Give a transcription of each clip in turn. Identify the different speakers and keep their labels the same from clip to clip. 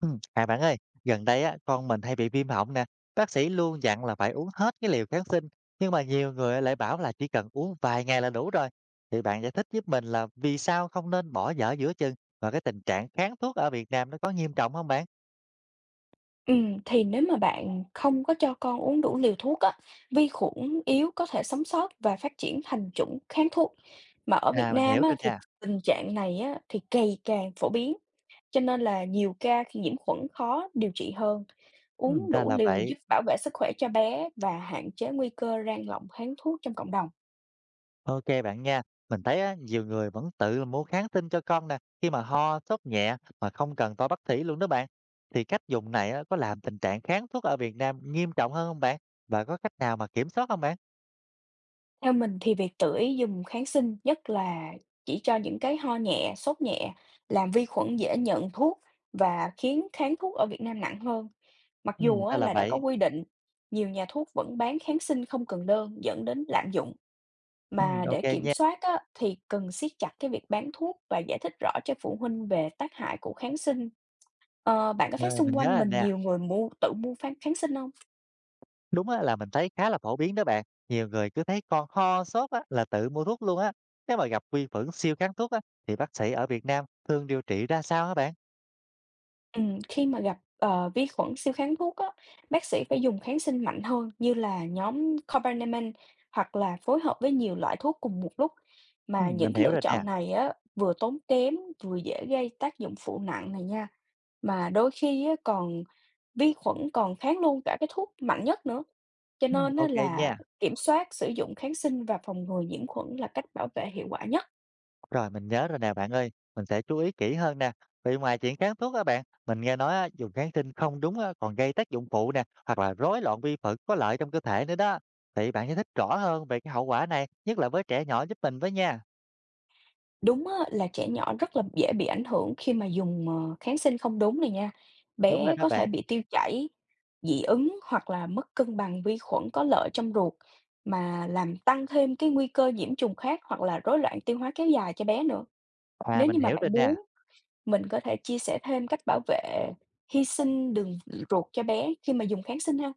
Speaker 1: Bạn ơi, gần đây á, con mình hay bị viêm họng nè, bác sĩ luôn dặn là phải uống hết cái liều kháng sinh, nhưng mà nhiều người lại bảo là chỉ cần uống vài ngày là đủ rồi. Thì bạn giải thích giúp mình là vì sao không nên bỏ dở giữa chừng và cái tình trạng kháng thuốc ở Việt Nam nó có nghiêm trọng không bạn?
Speaker 2: Thì nếu mà bạn không có cho con uống đủ liều thuốc á, vi khuẩn yếu có thể sống sót và phát triển thành chủng kháng thuốc. Mà ở Việt
Speaker 1: À, mình hiểu
Speaker 2: Nam á,
Speaker 1: rồi
Speaker 2: thì
Speaker 1: nè.
Speaker 2: tình trạng này á, thì ngày càng phổ biến, cho nên là nhiều ca khi nhiễm khuẩn khó điều trị hơn.
Speaker 1: Ừ
Speaker 2: Uống
Speaker 1: ra
Speaker 2: đủ
Speaker 1: là
Speaker 2: liều
Speaker 1: vậy.
Speaker 2: giúp bảo vệ sức khỏe cho bé và hạn chế nguy cơ rang lọng kháng thuốc trong cộng đồng.
Speaker 1: Ok bạn nha, mình thấy á, nhiều người vẫn tự mua kháng sinh cho con nè, khi mà ho, sốt nhẹ mà không cần tới bác sĩ luôn đó bạn. Thì cách dùng này á, có làm tình trạng kháng thuốc ở Việt Nam nghiêm trọng hơn không bạn? Và có cách nào mà kiểm soát không bạn?
Speaker 2: Theo mình thì việc tưởi dùng kháng sinh, nhất là chỉ cho những cái ho nhẹ, sốt nhẹ, làm vi khuẩn dễ nhận thuốc và khiến kháng thuốc ở Việt Nam nặng hơn. Mặc
Speaker 1: Ừ,
Speaker 2: dù
Speaker 1: ra
Speaker 2: á,
Speaker 1: là
Speaker 2: là đã có
Speaker 1: vậy.
Speaker 2: quy định, nhiều nhà thuốc vẫn bán kháng sinh không cần đơn dẫn đến lạm dụng.
Speaker 1: Ừ,
Speaker 2: Mà
Speaker 1: ok
Speaker 2: để kiểm
Speaker 1: nha.
Speaker 2: soát á, thì cần siết chặt cái việc bán thuốc và giải thích rõ cho phụ huynh về tác hại của kháng sinh. Bạn có thấy
Speaker 1: Ờ, mình
Speaker 2: xung
Speaker 1: nhớ
Speaker 2: quanh
Speaker 1: là
Speaker 2: mình
Speaker 1: nè,
Speaker 2: nhiều người mua tự mua kháng sinh không?
Speaker 1: đúng á, là mình thấy khá là phổ biến đó bạn. Nhiều người cứ thấy con ho, sốt á, là tự mua thuốc luôn á. Nếu mà gặp vi khuẩn siêu kháng thuốc á, thì bác sĩ ở Việt Nam thường điều trị ra sao hả bạn?
Speaker 2: Khi mà gặp, vi khuẩn siêu kháng thuốc á, bác sĩ phải dùng kháng sinh mạnh hơn như là nhóm Carbapenem hoặc là phối hợp với nhiều loại thuốc cùng một lúc.
Speaker 1: Ừ,
Speaker 2: Mà những
Speaker 1: mình
Speaker 2: cái
Speaker 1: hiểu
Speaker 2: lựa
Speaker 1: rồi nè.
Speaker 2: chọn này á, vừa tốn kém, vừa dễ gây tác dụng phụ nặng này nha. Mà đôi khi á, còn vi khuẩn còn kháng luôn cả cái thuốc mạnh nhất nữa. Cho
Speaker 1: Ừ,
Speaker 2: nên á,
Speaker 1: ok nha.
Speaker 2: là kiểm soát sử dụng kháng sinh và phòng ngừa nhiễm khuẩn là cách bảo vệ hiệu quả nhất.
Speaker 1: Rồi mình nhớ rồi nè bạn ơi, mình sẽ chú ý kỹ hơn nè. Vì ngoài chuyện kháng thuốc á bạn, mình nghe nói á, dùng kháng sinh không đúng á, còn gây tác dụng phụ nè, hoặc là rối loạn vi khuẩn có lợi trong cơ thể nữa đó. Thì bạn giải thích rõ hơn về cái hậu quả này, nhất là với trẻ nhỏ giúp mình với nha.
Speaker 2: Đúng á, là trẻ nhỏ rất là dễ bị ảnh hưởng khi mà dùng, kháng sinh không đúng này nha.
Speaker 1: Đúng rồi
Speaker 2: Bé
Speaker 1: đó
Speaker 2: có thể
Speaker 1: bạn.
Speaker 2: bị tiêu chảy, dị ứng hoặc là mất cân bằng vi khuẩn có lợi trong ruột mà làm tăng thêm cái nguy cơ nhiễm trùng khác hoặc là rối loạn tiêu hóa kéo dài cho bé nữa.
Speaker 1: À
Speaker 2: Nếu
Speaker 1: mình
Speaker 2: như mà
Speaker 1: hiểu rồi
Speaker 2: bạn
Speaker 1: nè.
Speaker 2: muốn, mình có thể chia sẻ thêm cách bảo vệ, hy sinh đường ruột cho bé khi mà dùng kháng sinh ha.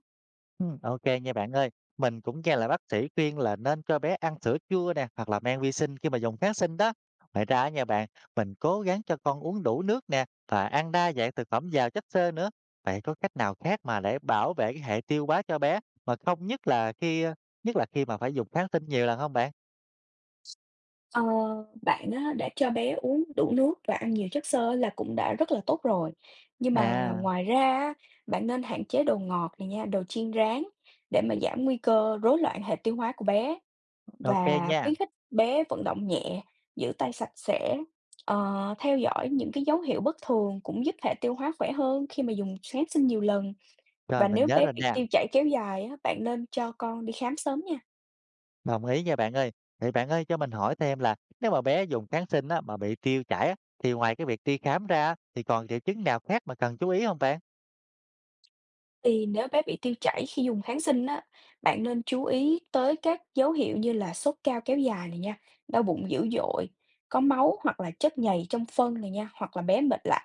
Speaker 1: Ô nha bạn ơi. Mình cũng nghe là bác sĩ khuyên là nên cho bé ăn sữa chua nè, hoặc là men vi sinh khi mà dùng kháng sinh đó. Ngoài ra nha bạn, mình cố gắng cho con uống đủ nước nè và ăn đa dạng thực phẩm giàu chất xơ nữa. Vậy có cách nào khác mà để bảo vệ cái hệ tiêu hóa cho bé mà không nhất là khi, nhất là khi mà phải dùng kháng sinh nhiều lần không bạn?
Speaker 2: Ờ, bạn á, đã cho bé uống đủ nước và ăn nhiều chất xơ là cũng đã rất là tốt rồi. Nhưng mà
Speaker 1: À,
Speaker 2: ngoài ra á, bạn nên hạn chế đồ ngọt này nha, đồ chiên rán để mà giảm nguy cơ rối loạn hệ tiêu hóa của bé
Speaker 1: OK
Speaker 2: và
Speaker 1: nha.
Speaker 2: khuyến khích bé vận động nhẹ, giữ tay sạch sẽ. Theo dõi những cái dấu hiệu bất thường cũng giúp hệ tiêu hóa khỏe hơn khi mà dùng kháng sinh nhiều lần.
Speaker 1: Rồi,
Speaker 2: Và
Speaker 1: mình
Speaker 2: nếu
Speaker 1: nhớ
Speaker 2: bé
Speaker 1: rồi
Speaker 2: bị
Speaker 1: nè.
Speaker 2: tiêu chảy kéo dài á, bạn nên cho con đi khám sớm nha.
Speaker 1: Đồng ý nha bạn ơi. Vậy bạn ơi cho mình hỏi thêm là nếu mà bé dùng kháng sinh á, mà bị tiêu chảy á, thì ngoài cái việc đi khám ra á, thì còn triệu chứng nào khác mà cần chú ý không bạn?
Speaker 2: Thì nếu bé bị tiêu chảy khi dùng kháng sinh á, bạn nên chú ý tới các dấu hiệu như là sốt cao kéo dài này nha, đau bụng dữ dội, có máu hoặc là chất nhầy trong phân này nha, hoặc là bé mệt lả.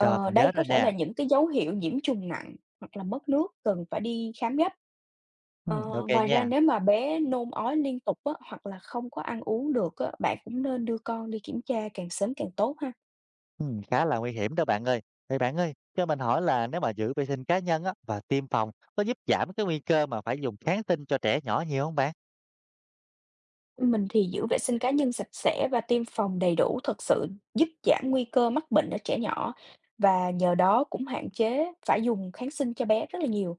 Speaker 1: Rồi mình nhớ
Speaker 2: Đây
Speaker 1: rồi
Speaker 2: có thể
Speaker 1: nè.
Speaker 2: là những cái dấu hiệu nhiễm trùng nặng hoặc là mất nước cần phải đi khám gấp.
Speaker 1: Ừ,
Speaker 2: Ờ,
Speaker 1: ok
Speaker 2: ngoài ra
Speaker 1: nha.
Speaker 2: nếu mà bé nôn ói liên tục á, hoặc là không có ăn uống được á, bạn cũng nên đưa con đi kiểm tra càng sớm càng tốt ha.
Speaker 1: Ừ, khá là nguy hiểm đó bạn ơi. Vậy bạn ơi, cho mình hỏi là nếu mà giữ vệ sinh cá nhân á, và tiêm phòng có giúp giảm cái nguy cơ mà phải dùng kháng sinh cho trẻ nhỏ nhiều không bạn?
Speaker 2: Mình thì giữ vệ sinh cá nhân sạch sẽ và tiêm phòng đầy đủ thực sự giúp giảm nguy cơ mắc bệnh ở trẻ nhỏ và nhờ đó cũng hạn chế phải dùng kháng sinh cho bé rất là nhiều.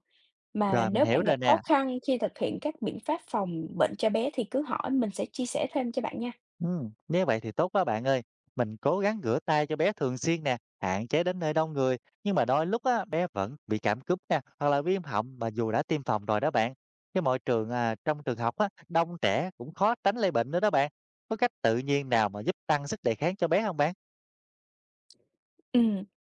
Speaker 2: Mà
Speaker 1: Rồi mình
Speaker 2: nếu
Speaker 1: hiểu
Speaker 2: bạn gặp
Speaker 1: rồi
Speaker 2: khó
Speaker 1: nè.
Speaker 2: khăn khi thực hiện các biện pháp phòng bệnh cho bé thì cứ hỏi mình sẽ chia sẻ thêm cho bạn nha.
Speaker 1: Nếu vậy thì tốt quá bạn ơi. Mình cố gắng rửa tay cho bé thường xuyên nè, hạn chế đến nơi đông người. Nhưng mà đôi lúc á, bé vẫn bị cảm cúm nè, hoặc là viêm họng mà dù đã tiêm phòng rồi đó bạn. Cái môi trường à, trong trường học á, đông trẻ cũng khó tránh lây bệnh nữa đó bạn. Có cách tự nhiên nào mà giúp tăng sức đề kháng cho bé không bạn?
Speaker 2: Ừ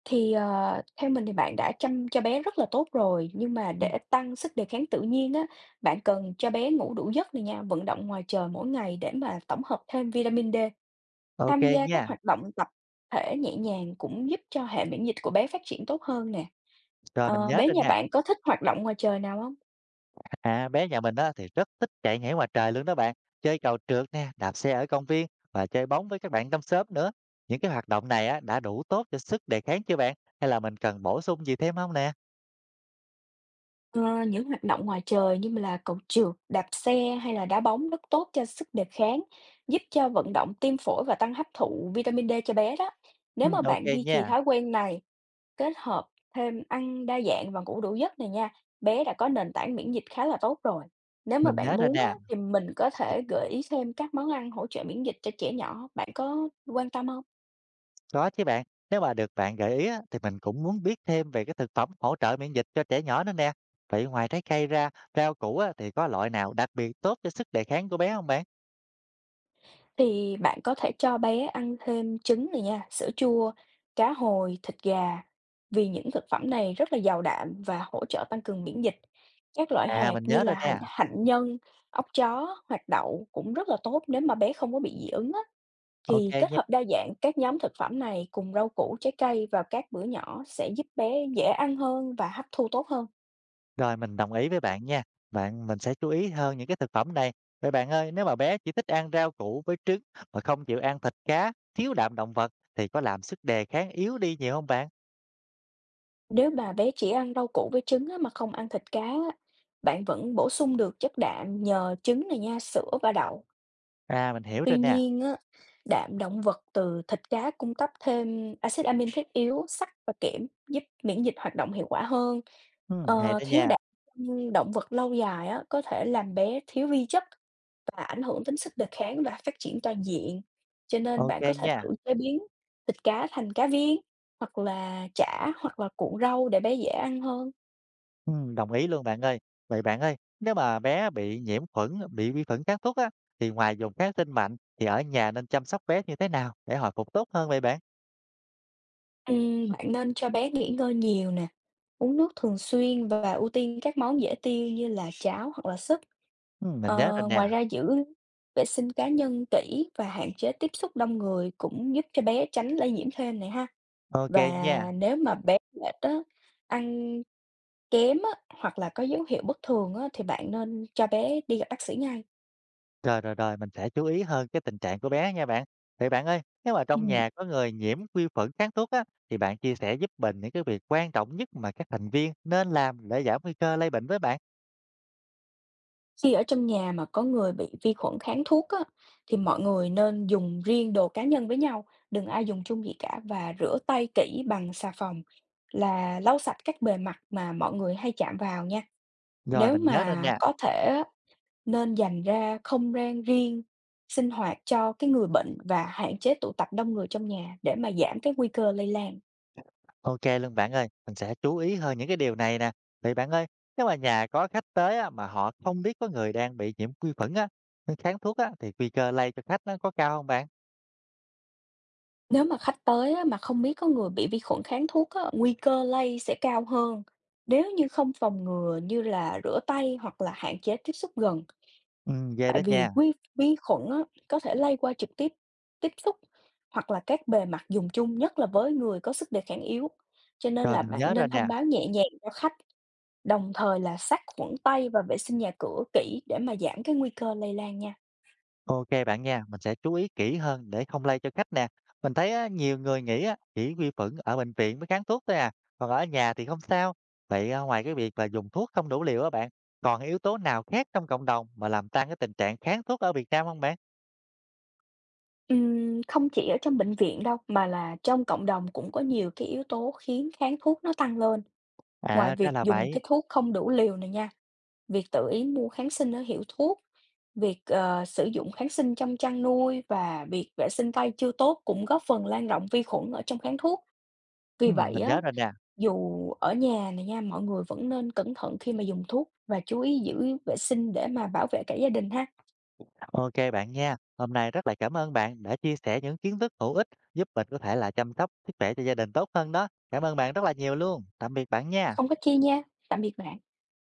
Speaker 2: thì, theo mình thì bạn đã chăm cho bé rất là tốt rồi, nhưng mà
Speaker 1: Ừ.
Speaker 2: để tăng sức đề kháng tự nhiên á, bạn cần cho bé ngủ đủ giấc này nha, vận động ngoài trời mỗi ngày để mà tổng hợp thêm vitamin D.
Speaker 1: Ok
Speaker 2: Tham gia các
Speaker 1: nha,
Speaker 2: hoạt động tập thể nhẹ nhàng cũng giúp cho hệ miễn dịch của bé phát triển tốt hơn nè.
Speaker 1: rồi mình nhớ
Speaker 2: Bé
Speaker 1: rồi
Speaker 2: nhà
Speaker 1: nè.
Speaker 2: bạn có thích hoạt động ngoài trời nào không?
Speaker 1: À, bé nhà mình á, thì rất thích chạy nhảy ngoài trời luôn đó bạn. Chơi cầu trượt nè, đạp xe ở công viên và chơi bóng với các bạn trong xóm nữa. Những cái hoạt động này á, đã đủ tốt cho sức đề kháng chưa bạn? Hay là mình cần bổ sung gì thêm không nè?
Speaker 2: Ờ, những hoạt động ngoài trời như mà là cầu trượt, đạp xe hay là đá bóng rất tốt cho sức đề kháng, giúp cho vận động tim phổi và tăng hấp thụ vitamin D cho bé đó. Nếu
Speaker 1: Ừ.
Speaker 2: mà
Speaker 1: Ok
Speaker 2: bạn duy trì
Speaker 1: nha,
Speaker 2: thói quen này, kết hợp thêm ăn đa dạng và ngủ đủ giấc này nha, bé đã có nền tảng miễn dịch khá là tốt rồi. Nếu mà
Speaker 1: mình nhớ
Speaker 2: bạn
Speaker 1: rồi
Speaker 2: muốn á,
Speaker 1: nè.
Speaker 2: thì mình có thể gợi ý thêm các món ăn hỗ trợ miễn dịch cho trẻ nhỏ, bạn có quan tâm không?
Speaker 1: Có chứ bạn. Nếu mà được bạn gợi ý á, thì mình cũng muốn biết thêm về cái thực phẩm hỗ trợ miễn dịch cho trẻ nhỏ nữa nè. Vậy ngoài trái cây ra, rau củ á, thì có loại nào đặc biệt tốt cho sức đề kháng của bé không bạn?
Speaker 2: Thì bạn có thể cho bé ăn thêm trứng này nha, sữa chua, cá hồi, thịt gà, vì những thực phẩm này rất là giàu đạm và hỗ trợ tăng cường miễn dịch. Các loại
Speaker 1: À,
Speaker 2: hạt
Speaker 1: mình
Speaker 2: như
Speaker 1: nhớ
Speaker 2: là
Speaker 1: rồi
Speaker 2: hạnh
Speaker 1: nè.
Speaker 2: hạnh nhân, ốc chó hoặc đậu cũng rất là tốt nếu mà bé không có bị dị ứng á.
Speaker 1: Ok.
Speaker 2: Thì kết hợp đa dạng các nhóm thực phẩm này cùng rau củ, trái cây vào các bữa nhỏ sẽ giúp bé dễ ăn hơn và hấp thu tốt hơn.
Speaker 1: Rồi, mình đồng ý với bạn nha. Bạn mình sẽ chú ý hơn những cái thực phẩm này. Vậy bạn ơi, nếu mà bé chỉ thích ăn rau củ với trứng mà không chịu ăn thịt cá, thiếu đạm động vật thì có làm sức đề kháng yếu đi nhiều không bạn?
Speaker 2: Nếu mà bé chỉ ăn rau củ với trứng á, mà không ăn thịt cá, á, bạn vẫn bổ sung được chất đạm nhờ trứng này nha, sữa và đậu.
Speaker 1: À, mình hiểu
Speaker 2: Tuy
Speaker 1: rồi nè.
Speaker 2: nhiên, á, đạm động vật từ thịt cá cung cấp thêm axit amin thiết yếu, sắt và kẽm giúp miễn dịch hoạt động hiệu quả hơn.
Speaker 1: Hay đó
Speaker 2: Thiếu
Speaker 1: nha.
Speaker 2: đạm trong động vật lâu dài á, có thể làm bé thiếu vi chất và ảnh hưởng đến sức đề kháng và phát triển toàn diện. Cho nên
Speaker 1: Ok
Speaker 2: bạn có thể
Speaker 1: nha.
Speaker 2: thử chế biến thịt cá thành cá viên, hoặc là chả, hoặc là cuộn rau để bé dễ ăn hơn.
Speaker 1: Đồng ý luôn bạn ơi. Vậy bạn ơi, nếu mà bé bị nhiễm khuẩn, bị vi khuẩn kháng thuốc á, thì ngoài dùng kháng sinh mạnh thì ở nhà nên chăm sóc bé như thế nào để hồi phục tốt hơn vậy bạn?
Speaker 2: Bạn nên cho bé nghỉ ngơi nhiều nè, uống nước thường xuyên và ưu tiên các món dễ tiêu như là cháo hoặc là súp.
Speaker 1: Mình nhớ rồi nè.
Speaker 2: Ngoài ra giữ vệ sinh cá nhân kỹ và hạn chế tiếp xúc đông người cũng giúp cho bé tránh lây nhiễm thêm này ha.
Speaker 1: Ok
Speaker 2: Và
Speaker 1: nha.
Speaker 2: nếu mà bé mệt á, ăn kém á, hoặc là có dấu hiệu bất thường á, thì bạn nên cho bé đi gặp bác sĩ ngay.
Speaker 1: Rồi, mình sẽ chú ý hơn cái tình trạng của bé nha bạn. Vậy bạn ơi, nếu mà trong
Speaker 2: Ừm.
Speaker 1: nhà có người nhiễm vi khuẩn kháng thuốc á, thì bạn chia sẻ giúp mình những cái việc quan trọng nhất mà các thành viên nên làm để giảm nguy cơ lây bệnh với bạn.
Speaker 2: Khi ở trong nhà mà có người bị vi khuẩn kháng thuốc á, thì mọi người nên dùng riêng đồ cá nhân với nhau, đừng ai dùng chung gì cả và rửa tay kỹ bằng xà phòng là lau sạch các bề mặt mà mọi người hay chạm vào nha.
Speaker 1: Rồi,
Speaker 2: Nếu
Speaker 1: mình nhớ ra
Speaker 2: mà
Speaker 1: nha.
Speaker 2: có thể á, nên dành ra không gian riêng sinh hoạt cho cái người bệnh và hạn chế tụ tập đông người trong nhà để mà giảm cái nguy cơ lây lan.
Speaker 1: OK luôn bạn ơi, mình sẽ chú ý hơn những cái điều này nè. Vậy bạn ơi, nếu mà nhà có khách tới á, mà họ không biết có người đang bị nhiễm vi khuẩn á, kháng thuốc á, thì nguy cơ lây cho khách nó có cao không bạn?
Speaker 2: Nếu mà khách tới á, mà không biết có người bị vi khuẩn kháng thuốc á, nguy cơ lây sẽ cao hơn nếu như không phòng ngừa như là rửa tay hoặc là hạn chế tiếp xúc gần.
Speaker 1: Ừ, ghê đó
Speaker 2: Tại vì
Speaker 1: nha.
Speaker 2: vi vi khuẩn á, có thể lây qua trực tiếp tiếp xúc hoặc là các bề mặt dùng chung, nhất là với người có sức đề kháng yếu. Cho nên
Speaker 1: Rồi,
Speaker 2: là
Speaker 1: mình
Speaker 2: bạn
Speaker 1: nhớ rồi
Speaker 2: nên
Speaker 1: nè.
Speaker 2: thông báo nhẹ nhàng cho khách, đồng thời là sát khuẩn tay và vệ sinh nhà cửa kỹ để mà giảm cái nguy cơ lây lan nha.
Speaker 1: Ok bạn nha, mình sẽ chú ý kỹ hơn để không lây cho khách nè. Mình thấy á, nhiều người nghĩ á, chỉ quy phẫn ở bệnh viện mới kháng thuốc thôi à, còn ở nhà thì không sao. Vậy à, ngoài cái việc là dùng thuốc không đủ liều á bạn, còn yếu tố nào khác trong cộng đồng mà làm tăng cái tình trạng kháng thuốc ở Việt Nam không bạn?
Speaker 2: Không chỉ ở trong bệnh viện đâu, mà là trong cộng đồng cũng có nhiều cái yếu tố khiến kháng thuốc nó tăng lên. Ngoài
Speaker 1: À ra
Speaker 2: việc
Speaker 1: là
Speaker 2: dùng
Speaker 1: vậy,
Speaker 2: cái thuốc không đủ liều này nha, việc tự ý mua kháng sinh ở hiệu thuốc, việc, sử dụng kháng sinh trong chăn nuôi và việc vệ sinh tay chưa tốt cũng góp phần lan rộng vi khuẩn ở trong kháng thuốc.
Speaker 1: ừ,
Speaker 2: Vì vậy
Speaker 1: mình
Speaker 2: á,
Speaker 1: nhớ rồi nè.
Speaker 2: dù ở nhà này nha, mọi người vẫn nên cẩn thận khi mà dùng thuốc và chú ý giữ vệ sinh để mà bảo vệ cả gia đình ha.
Speaker 1: Ok bạn nha, hôm nay rất là cảm ơn bạn đã chia sẻ những kiến thức hữu ích giúp mình có thể là chăm sóc sức khỏe cho gia đình tốt hơn đó. Cảm ơn bạn rất là nhiều luôn. Tạm biệt bạn nha.
Speaker 2: Không có chia nha. Tạm biệt bạn.